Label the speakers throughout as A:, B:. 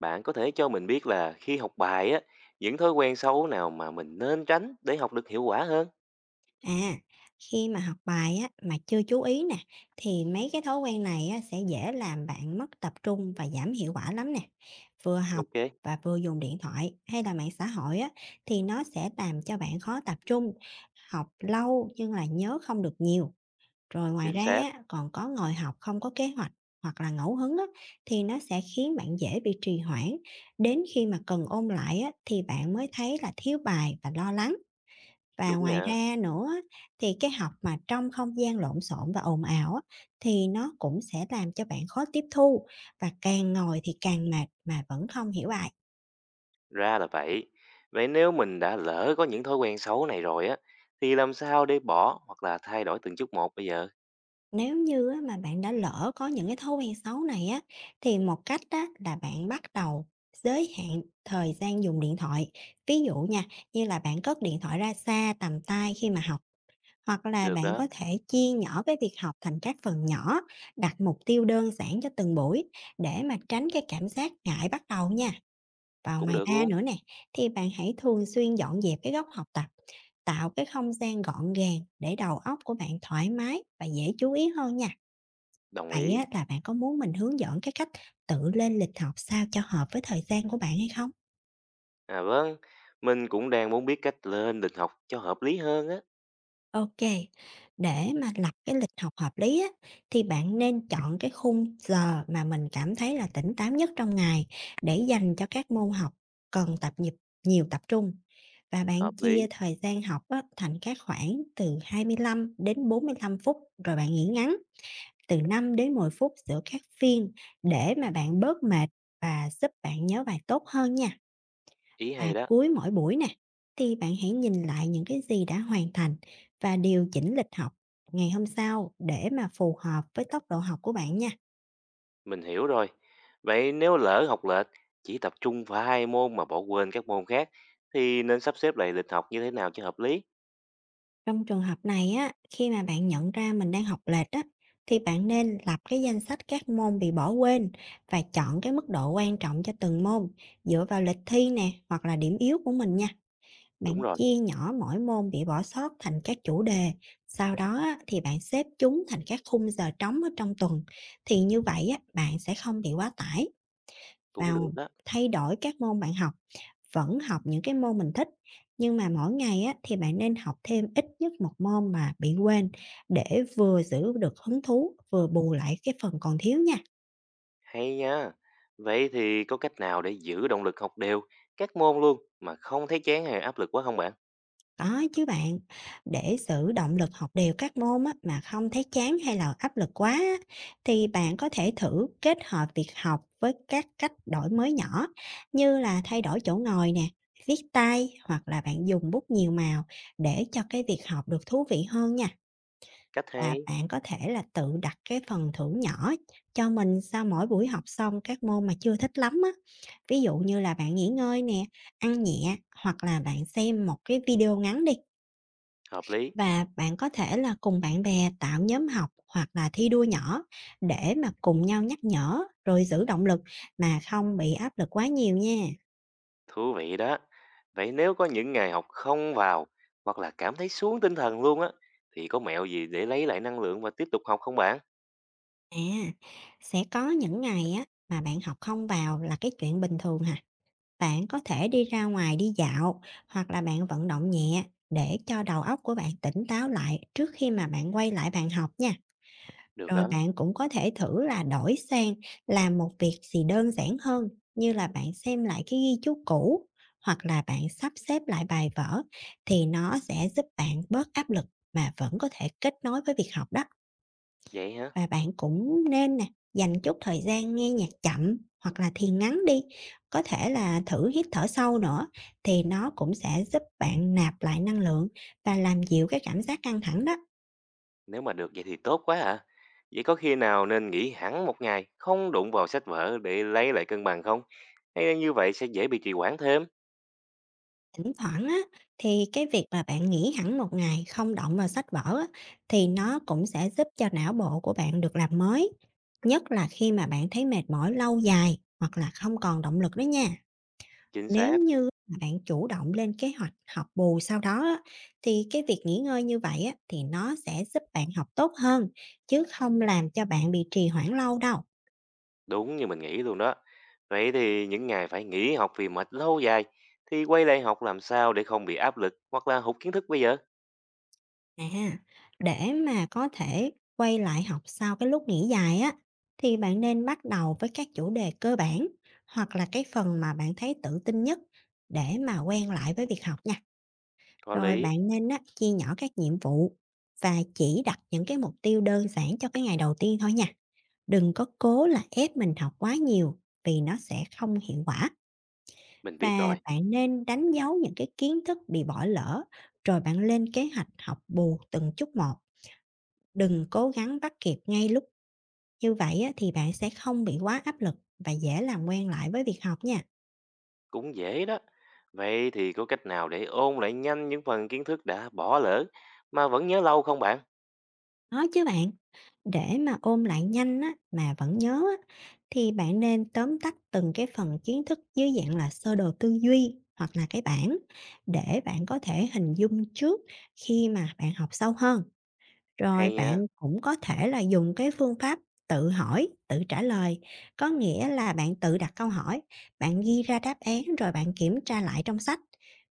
A: Bạn có thể cho mình biết là khi học bài á, những thói quen xấu nào mà mình nên tránh để học được hiệu quả hơn?
B: À, khi mà học bài á, mà chưa chú ý nè thì mấy cái thói quen này á, sẽ dễ làm bạn mất tập trung và giảm hiệu quả lắm nè. Vừa học
A: Ok,
B: và vừa dùng điện thoại hay là mạng xã hội á, thì nó sẽ làm cho bạn khó tập trung, học lâu nhưng là nhớ không được nhiều. Rồi ngoài
A: chính
B: ra
A: xác,
B: á, còn có ngồi học không có kế hoạch hoặc là ngẫu hứng á, thì nó sẽ khiến bạn dễ bị trì hoãn. Đến khi mà cần ôn lại á, thì bạn mới thấy là thiếu bài và lo lắng. Và
A: đúng
B: ngoài
A: nha,
B: ra nữa á, thì cái học mà trong không gian lộn xộn và ồn ào á, thì nó cũng sẽ làm cho bạn khó tiếp thu, và càng ngồi thì càng mệt mà vẫn không hiểu bài.
A: ra là vậy. Vậy nếu mình đã lỡ có những thói quen xấu này rồi á, thì làm sao để bỏ hoặc là thay đổi từng chút một bây giờ?
B: Nếu như á, mà bạn đã lỡ có những cái thói quen xấu này á, thì một cách á, là bạn bắt đầu giới hạn thời gian dùng điện thoại. Ví dụ nha, như là bạn cất điện thoại ra xa tầm tay khi mà học. Hoặc là
A: Được
B: bạn
A: đó,
B: có thể chia nhỏ cái việc học thành các phần nhỏ, đặt mục tiêu đơn giản cho từng buổi để mà tránh cái cảm giác ngại bắt đầu nha. Và
A: cũng
B: ngoài
A: được
B: ra
A: luôn,
B: nữa nè, thì bạn hãy thường xuyên dọn dẹp cái góc học tập, tạo cái không gian gọn gàng để đầu óc của bạn thoải mái và dễ chú ý hơn nha.
A: đồng
B: Vậy
A: ý.
B: á, là bạn có muốn mình hướng dẫn cái cách tự lên lịch học sao cho hợp với thời gian của bạn hay không?
A: À vâng, mình cũng đang muốn biết cách lên lịch học cho hợp lý hơn á.
B: OK, để mà lập cái lịch học hợp lý á, thì bạn nên chọn cái khung giờ mà mình cảm thấy là tỉnh táo nhất trong ngày để dành cho các môn học cần tập nhịp nhiều tập trung. Và bạn
A: Hợp
B: chia
A: lý,
B: thời gian học á, thành các khoảng từ 25 đến 45 phút, rồi bạn nghỉ ngắn từ 5 đến 10 phút giữa các phiên để mà bạn bớt mệt và giúp bạn nhớ bài tốt hơn nha.
A: ý hay
B: Và
A: đó.
B: cuối mỗi buổi nè, thì bạn hãy nhìn lại những cái gì đã hoàn thành và điều chỉnh lịch học ngày hôm sau để mà phù hợp với tốc độ học của bạn nha.
A: Mình hiểu rồi. Vậy nếu lỡ học lệch, chỉ tập trung vào hai môn mà bỏ quên các môn khác, thì nên sắp xếp lại lịch học như thế nào cho hợp lý?
B: Trong trường hợp này á, khi mà bạn nhận ra mình đang học lệch á, thì bạn nên lập cái danh sách các môn bị bỏ quên và chọn cái mức độ quan trọng cho từng môn dựa vào lịch thi nè hoặc là điểm yếu của mình nha.
A: Đúng
B: Bạn
A: rồi,
B: chia nhỏ mỗi môn bị bỏ sót thành các chủ đề, sau đó á, thì bạn xếp chúng thành các khung giờ trống ở trong tuần. Thì như vậy á, bạn sẽ không bị quá tải và
A: cũng được đó.
B: thay đổi các môn bạn học, vẫn học những cái môn mình thích. Nhưng mà mỗi ngày á, thì bạn nên học thêm ít nhất một môn mà bị quên để vừa giữ được hứng thú, vừa bù lại cái phần còn thiếu nha.
A: Hay nha. Vậy thì có cách nào để giữ động lực học đều các môn luôn mà không thấy chán hay áp lực quá không bạn?
B: Có chứ bạn, để giữ động lực học đều các môn á, mà không thấy chán hay là áp lực quá á, thì bạn có thể thử kết hợp việc học với các cách đổi mới nhỏ như là thay đổi chỗ ngồi nè, viết tay hoặc là bạn dùng bút nhiều màu để cho cái việc học được thú vị hơn nha.
A: Cách
B: Và
A: hay,
B: bạn có thể là tự đặt cái phần thưởng nhỏ cho mình sau mỗi buổi học xong các môn mà chưa thích lắm á. Ví dụ như là bạn nghỉ ngơi nè, ăn nhẹ hoặc là bạn xem một cái video ngắn đi.
A: hợp lý,
B: Và bạn có thể là cùng bạn bè tạo nhóm học hoặc là thi đua nhỏ để mà cùng nhau nhắc nhở rồi giữ động lực mà không bị áp lực quá nhiều nha.
A: thú vị đó. Vậy nếu có những ngày học không vào hoặc là cảm thấy xuống tinh thần luôn á, thì có mẹo gì để lấy lại năng lượng và tiếp tục học không bạn?
B: À, sẽ có những ngày á mà bạn học không vào là cái chuyện bình thường hả? Bạn có thể đi ra ngoài đi dạo hoặc là bạn vận động nhẹ để cho đầu óc của bạn tỉnh táo lại trước khi mà bạn quay lại bàn học nha.
A: Được
B: Rồi
A: đó,
B: bạn cũng có thể thử là đổi sang làm một việc gì đơn giản hơn, như là bạn xem lại cái ghi chú cũ hoặc là bạn sắp xếp lại bài vở thì nó sẽ giúp bạn bớt áp lực mà vẫn có thể kết nối với việc học đó.
A: vậy hả?
B: Và bạn cũng nên nè dành chút thời gian nghe nhạc chậm hoặc là thiền ngắn đi, có thể là thử hít thở sâu nữa thì nó cũng sẽ giúp bạn nạp lại năng lượng và làm dịu cái cảm giác căng thẳng đó.
A: Nếu mà được vậy thì tốt quá à. Vậy có khi nào nên nghỉ hẳn một ngày, không đụng vào sách vở để lấy lại cân bằng không? Hay là như vậy sẽ dễ bị trì hoãn thêm?
B: Thỉnh thoảng á, thì cái việc mà bạn nghỉ hẳn một ngày không động vào sách vở á, thì nó cũng sẽ giúp cho não bộ của bạn được làm mới, nhất là khi mà bạn thấy mệt mỏi lâu dài hoặc là không còn động lực đó nha.
A: Chính
B: Nếu
A: xác,
B: như mà bạn chủ động lên kế hoạch học bù sau đó á, thì cái việc nghỉ ngơi như vậy á, thì nó sẽ giúp bạn học tốt hơn chứ không làm cho bạn bị trì hoãn lâu đâu.
A: đúng như mình nghĩ luôn đó. Vậy thì những ngày phải nghỉ học vì mệt lâu dài, thì quay lại học làm sao để không bị áp lực hoặc là hụt kiến thức bây giờ?
B: À, để mà có thể quay lại học sau cái lúc nghỉ dài á, thì bạn nên bắt đầu với các chủ đề cơ bản hoặc là cái phần mà bạn thấy tự tin nhất để mà quen lại với việc học nha.
A: Có
B: Rồi
A: lý,
B: bạn nên á, chia nhỏ các nhiệm vụ và chỉ đặt những cái mục tiêu đơn giản cho cái ngày đầu tiên thôi nha. Đừng có cố là ép mình học quá nhiều vì nó sẽ không hiệu quả.
A: mình biết
B: Và
A: rồi,
B: bạn nên đánh dấu những cái kiến thức bị bỏ lỡ rồi bạn lên kế hoạch học bù từng chút một. Đừng cố gắng bắt kịp ngay lúc, như vậy á thì bạn sẽ không bị quá áp lực và dễ làm quen lại với việc học nha.
A: cũng dễ đó. Vậy thì có cách nào để ôn lại nhanh những phần kiến thức đã bỏ lỡ mà vẫn nhớ lâu không bạn?
B: Nói chứ bạn, để mà ôm lại nhanh á, mà vẫn nhớ á, thì bạn nên tóm tắt từng cái phần kiến thức dưới dạng là sơ đồ tư duy hoặc là cái bảng để bạn có thể hình dung trước khi mà bạn học sâu hơn. Rồi
A: Hay nha,
B: bạn cũng có thể là dùng cái phương pháp tự hỏi, tự trả lời, có nghĩa là bạn tự đặt câu hỏi, bạn ghi ra đáp án rồi bạn kiểm tra lại trong sách.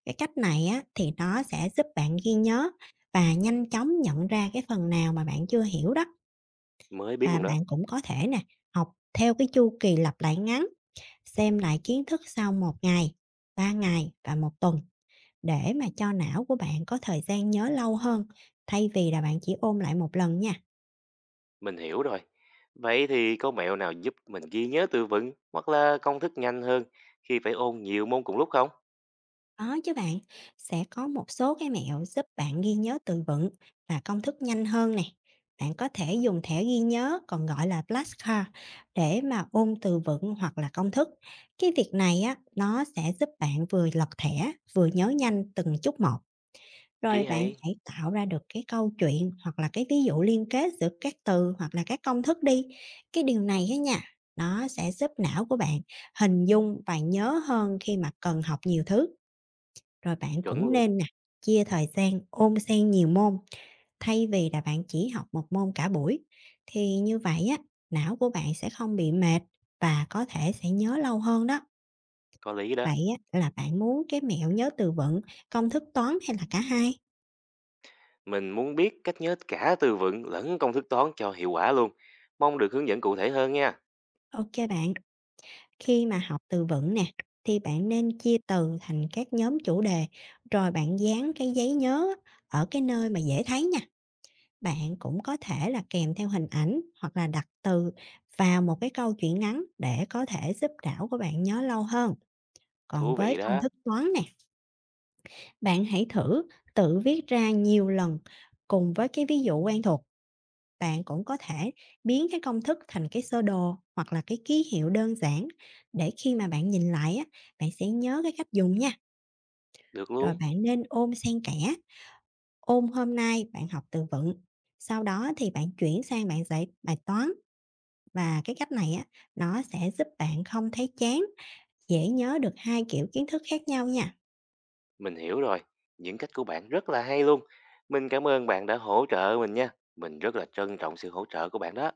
B: Cái cách này á thì nó sẽ giúp bạn ghi nhớ và nhanh chóng nhận ra cái phần nào mà bạn chưa hiểu đó.
A: mới biết
B: Và
A: luôn đó.
B: bạn cũng có thể nè, học theo cái chu kỳ lặp lại ngắn, xem lại kiến thức sau một ngày, 3 ngày và một tuần để mà cho não của bạn có thời gian nhớ lâu hơn thay vì là bạn chỉ ôm lại một lần nha.
A: Mình hiểu rồi. Vậy thì có mẹo nào giúp mình ghi nhớ từ vựng hoặc là công thức nhanh hơn khi phải ôn nhiều môn cùng lúc không?
B: Có chứ bạn, sẽ có một số cái mẹo giúp bạn ghi nhớ từ vựng và công thức nhanh hơn nè. Bạn có thể dùng thẻ ghi nhớ còn gọi là flashcard để mà ôn từ vựng hoặc là công thức. Cái việc này á nó sẽ giúp bạn vừa lật thẻ vừa nhớ nhanh từng chút một. Rồi
A: Ý
B: bạn
A: hay,
B: hãy tạo ra được cái câu chuyện hoặc là cái ví dụ liên kết giữa các từ hoặc là các công thức đi. Cái điều này á nha, nó sẽ giúp não của bạn hình dung và nhớ hơn khi mà cần học nhiều thứ. Rồi bạn
A: chuẩn
B: cũng
A: luôn,
B: nên nè, chia thời gian ôn xen nhiều môn, thay vì là bạn chỉ học một môn cả buổi. Thì như vậy á, não của bạn sẽ không bị mệt và có thể sẽ nhớ lâu hơn đó.
A: có lý đó.
B: Vậy á, là bạn muốn cái mẹo nhớ từ vựng, công thức toán hay là cả hai?
A: Mình muốn biết cách nhớ cả từ vựng lẫn công thức toán cho hiệu quả luôn. Mong được hướng dẫn cụ thể hơn nha.
B: OK bạn, khi mà học từ vựng nè, thì bạn nên chia từ thành các nhóm chủ đề, rồi bạn dán cái giấy nhớ ở cái nơi mà dễ thấy nha. Bạn cũng có thể là kèm theo hình ảnh hoặc là đặt từ vào một cái câu chuyện ngắn để có thể giúp não của bạn nhớ lâu hơn. Còn
A: Thú
B: với
A: vị
B: công
A: đó,
B: thức toán nè, bạn hãy thử tự viết ra nhiều lần cùng với cái ví dụ quen thuộc. Bạn cũng có thể biến cái công thức thành cái sơ đồ hoặc là cái ký hiệu đơn giản để khi mà bạn nhìn lại á, bạn sẽ nhớ cái cách dùng nha.
A: được
B: Rồi
A: luôn.
B: bạn nên ôm xen kẽ. Ôn hôm nay bạn học từ vựng, sau đó thì bạn chuyển sang bạn giải bài toán. Và cái cách này á, nó sẽ giúp bạn không thấy chán, dễ nhớ được hai kiểu kiến thức khác nhau nha.
A: Mình hiểu rồi, những cách của bạn rất là hay luôn. Mình cảm ơn bạn đã hỗ trợ mình nha. Mình rất là trân trọng sự hỗ trợ của bạn đó.